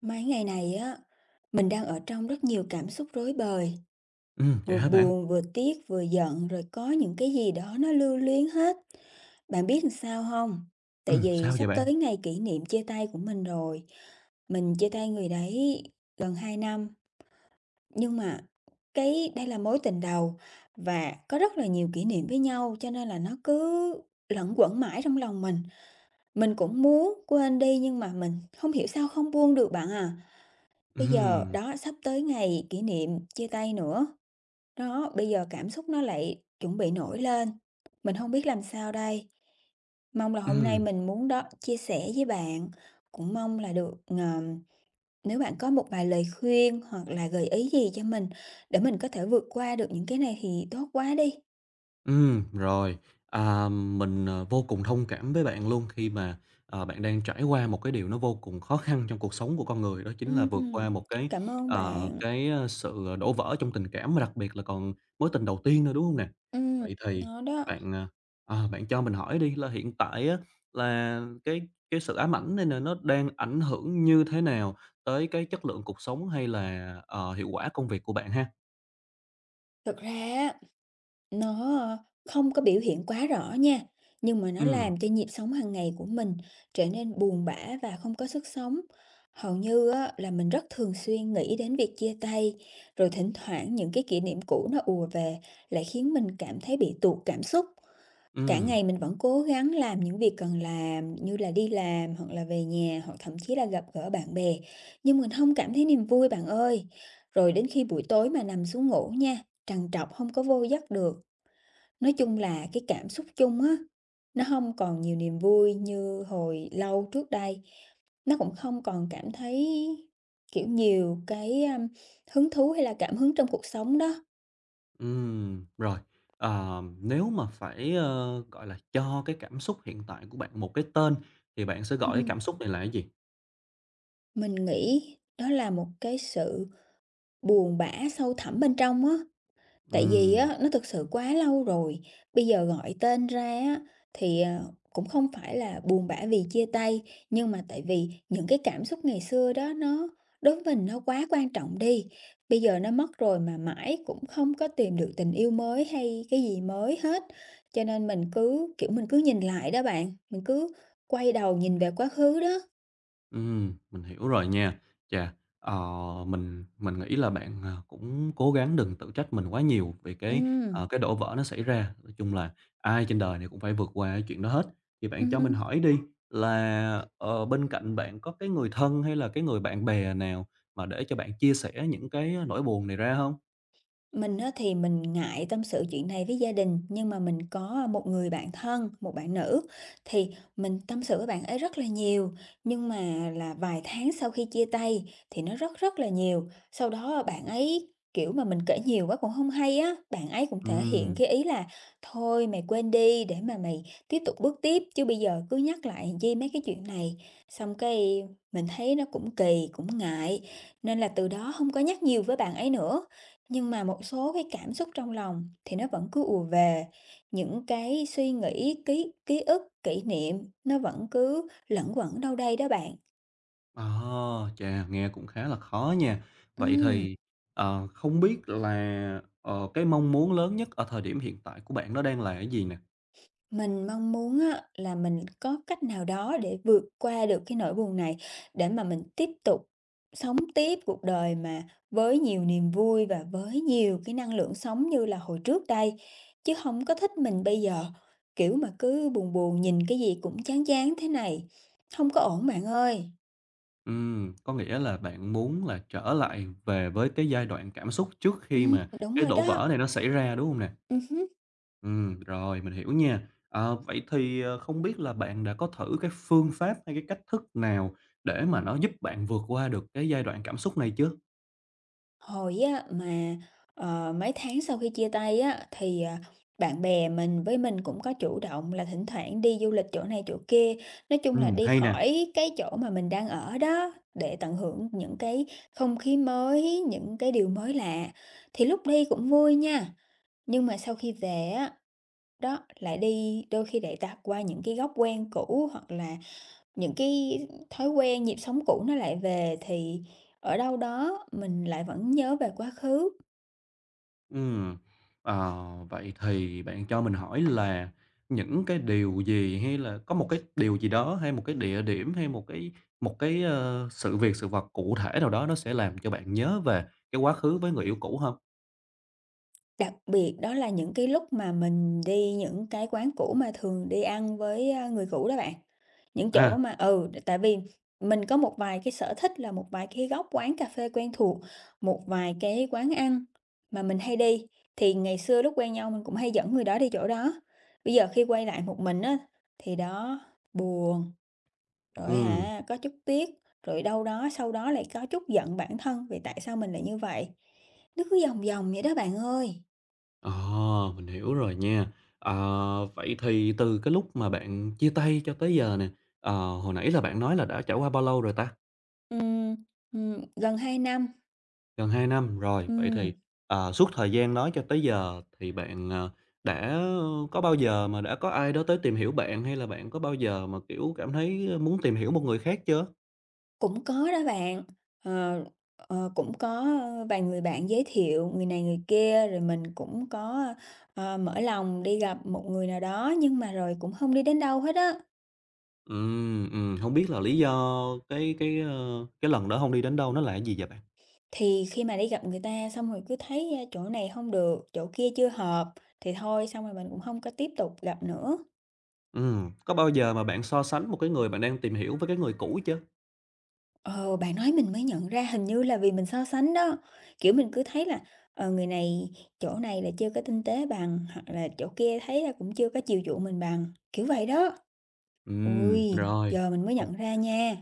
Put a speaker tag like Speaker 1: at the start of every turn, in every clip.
Speaker 1: Mấy ngày này á, mình đang ở trong rất nhiều cảm xúc rối bời,
Speaker 2: Vậy
Speaker 1: vừa
Speaker 2: hả bạn?
Speaker 1: buồn, vừa tiếc, vừa giận, rồi có những cái gì đó nó lưu luyến hết. Bạn biết làm sao không? Tại vì
Speaker 2: Sao vậy
Speaker 1: sắp
Speaker 2: bạn?
Speaker 1: tới ngày kỷ niệm chia tay của mình rồi. Mình chia tay người đấy gần 2 năm, nhưng mà cái đây là mối tình đầu và có rất là nhiều kỷ niệm với nhau cho nên là nó cứ luẩn quẩn mãi trong lòng mình. Mình cũng muốn quên đi nhưng mà mình không hiểu sao không buông được bạn à. Bây giờ
Speaker 2: Ừm,
Speaker 1: đó sắp tới ngày kỷ niệm chia tay nữa, đó, bây giờ cảm xúc nó lại chuẩn bị nổi lên, mình không biết làm sao đây. Mong là hôm nay
Speaker 2: ừm.
Speaker 1: mình muốn đó chia sẻ với bạn, cũng mong là được, nếu bạn có một vài lời khuyên hoặc là gợi ý gì cho mình để mình có thể vượt qua được những cái này thì tốt quá đi.
Speaker 2: Rồi, mình, vô cùng thông cảm với bạn luôn khi mà, bạn đang trải qua một cái điều nó vô cùng khó khăn trong cuộc sống của con người, đó chính là vượt
Speaker 1: Ừm,
Speaker 2: qua một cái,
Speaker 1: cảm ơn
Speaker 2: ờ,
Speaker 1: bạn.
Speaker 2: cái, ơ, sự đổ vỡ trong tình cảm, mà đặc biệt là còn mối tình đầu tiên nữa, đúng không nè?
Speaker 1: Ừm,
Speaker 2: Vậy thì
Speaker 1: nó đó,
Speaker 2: bạn, ờ, bạn cho mình hỏi đi là hiện tại á là cái sự ám ảnh này nè nó đang ảnh hưởng như thế nào tới cái chất lượng cuộc sống hay là, hiệu quả công việc của bạn ha?
Speaker 1: thực ra á. Nó không có biểu hiện quá rõ nha, nhưng mà nó
Speaker 2: Ừ.
Speaker 1: làm cho nhịp sống hàng ngày của mình trở nên buồn bã và không có sức sống. Hầu như á, là mình rất thường xuyên nghĩ đến việc chia tay, rồi thỉnh thoảng những cái kỷ niệm cũ nó ùa về lại khiến mình cảm thấy bị tụt cảm xúc.
Speaker 2: Ừ.
Speaker 1: Cả ngày mình vẫn cố gắng làm những việc cần làm như là đi làm hoặc là về nhà hoặc thậm chí là gặp gỡ bạn bè, nhưng mình không cảm thấy niềm vui bạn ơi. Rồi đến khi buổi tối mà nằm xuống ngủ nha, trằn trọc không có vô giấc được. Nói chung là cái cảm xúc chung á, nó không còn nhiều niềm vui như hồi lâu trước đây, nó cũng không còn cảm thấy, kiểu, nhiều cái, hứng thú hay là cảm hứng trong cuộc sống đó.
Speaker 2: Rồi, nếu mà phải, gọi là, cho cái cảm xúc hiện tại của bạn một cái tên thì bạn sẽ gọi cái
Speaker 1: Ừm,
Speaker 2: cảm xúc này là cái gì?
Speaker 1: mình nghĩ đó là một cái sự buồn bã sâu thẳm bên trong á. Tại vì
Speaker 2: Ừm,
Speaker 1: á, nó thực sự quá lâu rồi, bây giờ gọi tên ra á, thì, cũng không phải là buồn bã vì chia tay, nhưng mà tại vì những cái cảm xúc ngày xưa đó nó đối với mình nó quá quan trọng đi. Bây giờ nó mất rồi mà mãi cũng không có tìm được tình yêu mới hay cái gì mới hết, cho nên mình cứ, kiểu, mình cứ nhìn lại đó bạn, mình cứ quay đầu nhìn về quá khứ đó.
Speaker 2: mình hiểu rồi nha. Chà, ờ, mình nghĩ là bạn, cũng cố gắng đừng tự trách mình quá nhiều vì cái,
Speaker 1: Ừ.
Speaker 2: ờ, cái đổ vỡ nó xảy ra. Nói chung là ai trên đời này cũng phải vượt qua cái chuyện đó hết. Thì bạn cho mình
Speaker 1: Ừ.
Speaker 2: hỏi đi là, bên cạnh bạn có cái người thân hay là cái người bạn bè nào mà để cho bạn chia sẻ những cái nỗi buồn này ra không?
Speaker 1: Mình á thì mình ngại tâm sự chuyện này với gia đình, nhưng mà mình có một người bạn thân, một bạn nữ thì mình tâm sự với bạn ấy rất là nhiều, nhưng mà là vài tháng sau khi chia tay thì nó rất rất là nhiều. Sau đó bạn ấy, kiểu, mà mình kể nhiều quá cũng không hay á, bạn ấy cũng thể hiện
Speaker 2: Ừm,
Speaker 1: cái ý là "Thôi mày quên đi để mà mày tiếp tục bước tiếp, chứ bây giờ cứ nhắc lại làm chi mấy cái chuyện này." Xong cái mình thấy nó cũng kỳ, cũng ngại, nên là từ đó không có nhắc nhiều với bạn ấy nữa. Nhưng mà một số cái cảm xúc trong lòng thì nó vẫn cứ ùa về, những cái suy nghĩ, ký ký ức, kỷ niệm nó vẫn cứ lẩn quẩn đâu đây đó bạn.
Speaker 2: à, chà, nghe cũng khá là khó nha. Vậy thì, không biết là, cái mong muốn lớn nhất ở thời điểm hiện tại của bạn nó đang là cái gì nè?
Speaker 1: Mình mong muốn á, là mình có cách nào đó để vượt qua được cái nỗi buồn này, để mà mình tiếp tục sống tiếp cuộc đời mà với nhiều niềm vui và với nhiều cái năng lượng sống như là hồi trước đây, chứ không có thích mình bây giờ, kiểu mà, cứ buồn buồn nhìn cái gì cũng chán chán thế này, không có ổn bạn ơi.
Speaker 2: Có nghĩa là bạn muốn là trở lại về với cái giai đoạn cảm xúc trước khi mà
Speaker 1: Đúng
Speaker 2: cái
Speaker 1: rồi
Speaker 2: đổ
Speaker 1: đó.
Speaker 2: vỡ này nó xảy ra, đúng không nè?
Speaker 1: Hứm.
Speaker 2: Rồi, mình hiểu nha. Ờ, vậy thì, không biết là bạn đã có thử cái phương pháp hay cái cách thức nào để mà nó giúp bạn vượt qua được cái giai đoạn cảm xúc này chưa?
Speaker 1: Hồi á mà, mấy tháng sau khi chia tay á, thì, bạn bè mình với mình cũng có chủ động là thỉnh thoảng đi du lịch chỗ này chỗ kia, nói chung là đi
Speaker 2: Hay nè.
Speaker 1: khỏi cái chỗ mà mình đang ở đó, để tận hưởng những cái không khí mới, những cái điều mới lạ. Thì lúc đi cũng vui nha, nhưng mà sau khi về á, đó, lại đi đôi khi lại tạt qua những cái góc quen cũ hoặc là những cái thói quen, nhịp sống cũ nó lại về thì ở đâu đó mình lại vẫn nhớ về quá khứ.
Speaker 2: Ừm, ờ, vậy thì bạn cho mình hỏi là những cái điều gì hay là có một cái điều gì đó hay một cái địa điểm hay một cái sự việc, sự vật cụ thể nào đó nó sẽ làm cho bạn nhớ về cái quá khứ với người yêu cũ không?
Speaker 1: Đặc biệt đó là những cái lúc mà mình đi những cái quán cũ mà thường đi ăn với, người cũ đó bạn. Những
Speaker 2: À,
Speaker 1: chỗ mà ừ, tại vì mình có một vài cái sở thích là một vài cái góc quán cà phê quen thuộc, một vài cái quán ăn mà mình hay đi, thì ngày xưa lúc quen nhau mình cũng hay dẫn người đó đi chỗ đó. Bây giờ khi quay lại một mình á, thì đó, buồn. Rồi
Speaker 2: ừm,
Speaker 1: hả, có chút tiếc, rồi đâu đó sau đó lại có chút giận bản thân vì tại sao mình lại như vậy. Nó cứ vòng vòng vậy đó bạn ơi.
Speaker 2: ờ, mình hiểu rồi nha. Ờ, vậy thì từ cái lúc mà bạn chia tay cho tới giờ nè, hồi nãy là bạn nói là đã trải qua bao lâu rồi ta?
Speaker 1: Ừm, gần 2 năm.
Speaker 2: Gần 2 năm, rồi, vậy thì,
Speaker 1: Ừm,
Speaker 2: suốt thời gian đó cho tới giờ thì bạn, đã có bao giờ mà đã có ai đó tới tìm hiểu bạn, hay là bạn có bao giờ mà, kiểu, cảm thấy muốn tìm hiểu một người khác chưa?
Speaker 1: cũng có đó bạn. Ờ, cũng có vài người bạn giới thiệu người này người kia rồi mình cũng có mở lòng đi gặp một người nào đó nhưng mà rồi cũng không đi đến đâu hết á.
Speaker 2: Hông biết là lý do cái lần đó không đi đến đâu, nó là cái gì vậy bạn?
Speaker 1: Thì khi mà đi gặp người ta xong rồi cứ thấy chỗ này không được, chỗ kia chưa hợp thì thôi xong rồi mình cũng không có tiếp tục gặp nữa.
Speaker 2: Có bao giờ mà bạn so sánh một cái người bạn đang tìm hiểu với cái người cũ chưa?
Speaker 1: Ờ, bạn nói mình mới nhận ra hình như là vì mình so sánh đó. Kiểu, mình cứ thấy là, người này chỗ này là chưa có tinh tế bằng, hoặc là chỗ kia thấy là cũng chưa có chiều chuộng mình bằng, kiểu vậy đó. Ui,
Speaker 2: Rồi.
Speaker 1: giờ mình mới
Speaker 2: Ok.
Speaker 1: nhận ra nha.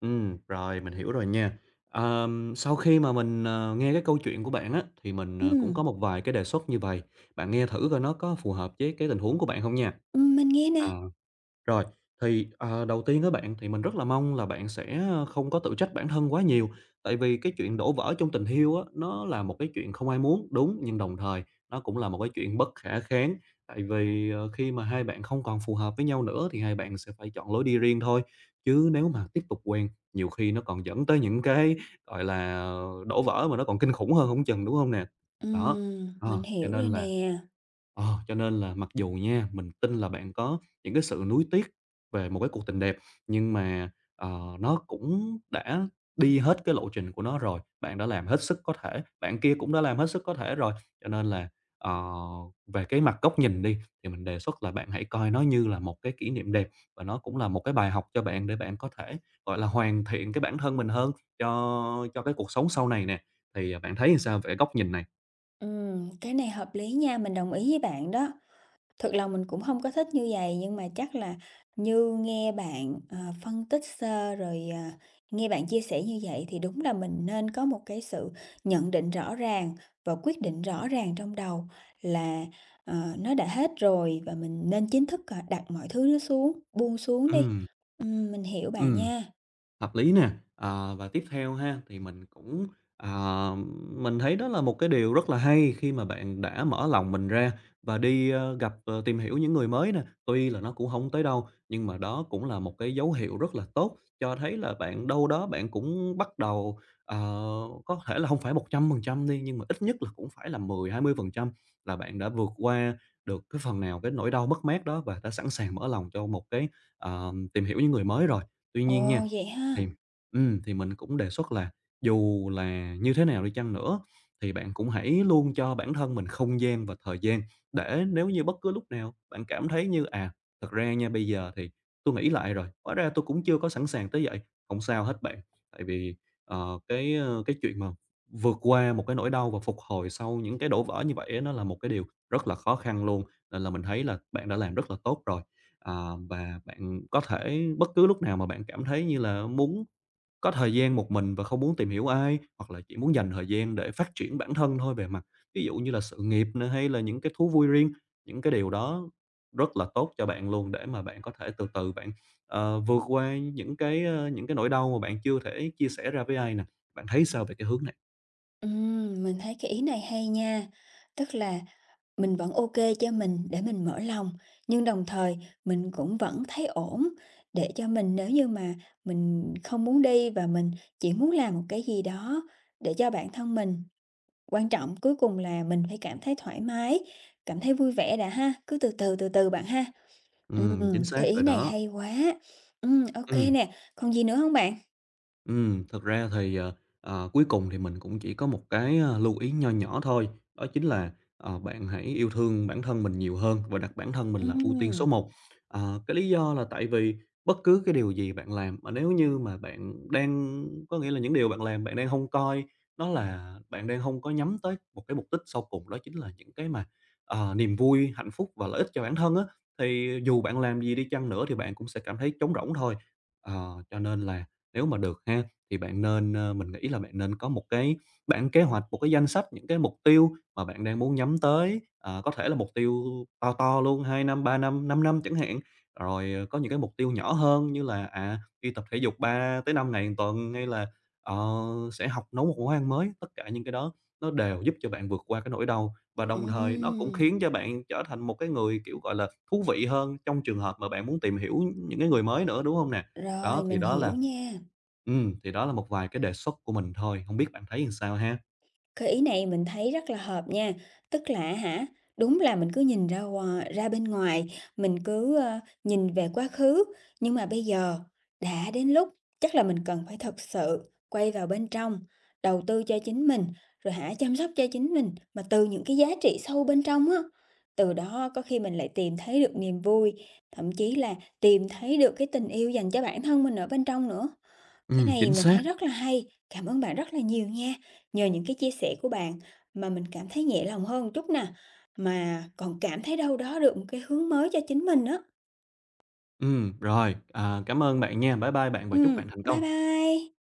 Speaker 2: Rồi, mình hiểu rồi nha. Sau khi mà mình, nghe cái câu chuyện của bạn á, thì mình, cũng có
Speaker 1: Ừm,
Speaker 2: một vài cái đề xuất như vậy. Bạn nghe thử coi nó có phù hợp với cái tình huống của bạn không nha.
Speaker 1: mình nghe
Speaker 2: À.
Speaker 1: nè.
Speaker 2: Rồi, thì, đầu tiên các bạn, thì mình rất là mong là bạn sẽ, không có tự trách bản thân quá nhiều, tại vì cái chuyện đổ vỡ trong tình yêu á, nó là một cái chuyện không ai muốn, đúng, nhưng đồng thời nó cũng là một cái chuyện bất khả kháng, tại vì, khi mà hai bạn không còn phù hợp với nhau nữa thì hai bạn sẽ phải chọn lối đi riêng thôi. Chứ nếu mà tiếp tục quen, nhiều khi nó còn dẫn tới những cái, gọi là, đổ vỡ mà nó còn kinh khủng hơn không chừng, đúng không nè? Đó, ờ,
Speaker 1: Mình
Speaker 2: cho
Speaker 1: hiểu rồi
Speaker 2: nên là
Speaker 1: nè.
Speaker 2: Ờ, cho nên là mặc dù nha, mình tin là bạn có những cái sự nuối tiếc về một cái cuộc tình đẹp, nhưng mà, nó cũng đã đi hết cái lộ trình của nó rồi, bạn đã làm hết sức có thể, bạn kia cũng đã làm hết sức có thể rồi. Cho nên là, ờ, về cái mặt góc nhìn đi, thì mình đề xuất là bạn hãy coi nó như là một cái kỷ niệm đẹp và nó cũng là một cái bài học cho bạn để bạn có thể, gọi là, hoàn thiện cái bản thân mình hơn cho cái cuộc sống sau này nè. Thì, bạn thấy sao về góc nhìn này?
Speaker 1: Cái này hợp lý nha, mình đồng ý với bạn đó. Thật lòng mình cũng không có thích như vậy nhưng mà chắc là như nghe bạn, phân tích sơ rồi, nghe bạn chia sẻ như vậy thì đúng là mình nên có một cái sự nhận định rõ ràng và quyết định rõ ràng trong đầu là, nó đã hết rồi và mình nên chính thức, đặt mọi thứ nó xuống, buông xuống đi.
Speaker 2: Ừm.
Speaker 1: Mình hiểu bạn
Speaker 2: Ừm.
Speaker 1: nha.
Speaker 2: Hợp lý nè. Và tiếp theo ha, thì ờ, mình thấy đó là một cái điều rất là hay khi mà bạn đã mở lòng mình ra và đi, gặp, tìm hiểu những người mới nè. Tuy là nó cũng không tới đâu, nhưng mà đó cũng là một cái dấu hiệu rất là tốt, cho thấy là bạn đâu đó bạn cũng bắt đầu, ờ, có thể là không phải 100% đi, nhưng mà ít nhất là cũng phải là 10-20% là bạn đã vượt qua được cái phần nào cái nỗi đau mất mát đó và đã sẵn sàng mở lòng cho một cái, tìm hiểu những người mới rồi. Tuy nhiên nha,
Speaker 1: Ồ, vậy
Speaker 2: thì
Speaker 1: ha?
Speaker 2: mình cũng đề xuất là dù là như thế nào đi chăng nữa thì bạn cũng hãy luôn cho bản thân mình không gian và thời gian để nếu như bất cứ lúc nào bạn cảm thấy như, "Thật ra nha, bây giờ thì tôi nghĩ lại rồi, hóa ra tôi cũng chưa có sẵn sàng tới vậy." Không sao hết bạn, tại vì, cái chuyện mà vượt qua một cái nỗi đau và phục hồi sau những cái đổ vỡ như vậy á, nó là một cái điều rất là khó khăn luôn, nên là mình thấy là bạn đã làm rất là tốt rồi. Ờ, và bạn có thể bất cứ lúc nào mà bạn cảm thấy như là muốn có thời gian một mình và không muốn tìm hiểu ai, hoặc là chỉ muốn dành thời gian để phát triển bản thân thôi về mặt ví dụ như là sự nghiệp nè, hay là những cái thú vui riêng, những cái điều đó rất là tốt cho bạn luôn để mà bạn có thể từ từ bạn, vượt qua những cái nỗi đau mà bạn chưa thể chia sẻ ra với ai nè. Bạn thấy sao về cái hướng này?
Speaker 1: Mình thấy cái ý này hay nha, tức là mình vẫn ok cho mình để mình mở lòng, nhưng đồng thời mình cũng vẫn thấy ổn, để cho mình nếu như mà mình không muốn đi và mình chỉ muốn làm một cái gì đó để cho bản thân mình. Quan trọng cuối cùng là mình phải cảm thấy thoải mái, cảm thấy vui vẻ đã ha, cứ từ từ, từ từ bạn ha.
Speaker 2: Chính xác
Speaker 1: Cái ý
Speaker 2: rồi
Speaker 1: này
Speaker 2: đó.
Speaker 1: hay quá. Ô
Speaker 2: Ừm.
Speaker 1: nè, còn gì nữa không bạn?
Speaker 2: Thật ra thì, cuối cùng thì mình cũng chỉ có một cái, lưu ý nho nhỏ thôi, đó chính là, bạn hãy yêu thương bản thân mình nhiều hơn và đặt bản thân mình là ưu tiên số
Speaker 1: Ừm,
Speaker 2: một. Cái lý do là tại vì bất cứ cái điều gì bạn làm mà nếu như mà bạn đang có nghĩa là những điều bạn làm bạn đang không coi nó là bạn đang không có nhắm tới một cái mục đích sau cùng, đó chính là những cái mà, niềm vui, hạnh phúc và lợi ích cho bản thân á, thì dù bạn làm gì đi chăng nữa thì bạn cũng sẽ cảm thấy trống rỗng thôi. Cho nên là nếu mà được ha, thì bạn nên, ơ mình nghĩ là bạn nên có một cái bảng kế hoạch, một cái danh sách những cái mục tiêu mà bạn đang muốn nhắm tới, có thể là mục tiêu to to luôn, 2 năm, 3 năm, 5 năm chẳng hạn. Rồi, có những cái mục tiêu nhỏ hơn như là, đi tập thể dục 3 tới 5 ngày một tuần, hay là, ờ, sẽ học nấu một món ăn mới. Tất cả những cái đó nó đều giúp cho bạn vượt qua cái nỗi đau và đồng thời nó cũng
Speaker 1: ừm,
Speaker 2: khiến cho bạn trở thành một cái người, kiểu, gọi là, thú vị hơn trong trường hợp mà bạn muốn tìm hiểu những cái người mới nữa, đúng không nè? Đó,
Speaker 1: rồi, mình hiểu nha.
Speaker 2: Thì đó là một vài cái đề xuất của mình thôi, hông biết bạn thấy làm sao ha?
Speaker 1: Cái ý này mình thấy rất là hợp nha, tức là hả, đúng là mình cứ nhìn ra ngoài ra bên ngoài, mình cứ, nhìn về quá khứ, nhưng mà bây giờ đã đến lúc chắc là mình cần phải thật sự quay vào bên trong, đầu tư cho chính mình, rồi hả, chăm sóc cho chính mình, mà từ những cái giá trị sâu bên trong á. Từ đó có khi mình lại tìm thấy được niềm vui, thậm chí là tìm thấy được cái tình yêu dành cho bản thân mình ở bên trong nữa. Cái này
Speaker 2: Chính
Speaker 1: mình
Speaker 2: xác.
Speaker 1: thấy rất là hay, cảm ơn bạn rất là nhiều nha. Nhờ những cái chia sẻ của bạn mà mình cảm thấy nhẹ lòng hơn một chút nè, mà còn cảm thấy đâu đó được một cái hướng mới cho chính mình đó.
Speaker 2: Rồi, cảm ơn bạn nha. Bye bye bạn và
Speaker 1: Ừ,
Speaker 2: chúc bạn thành
Speaker 1: bye
Speaker 2: công.
Speaker 1: bye.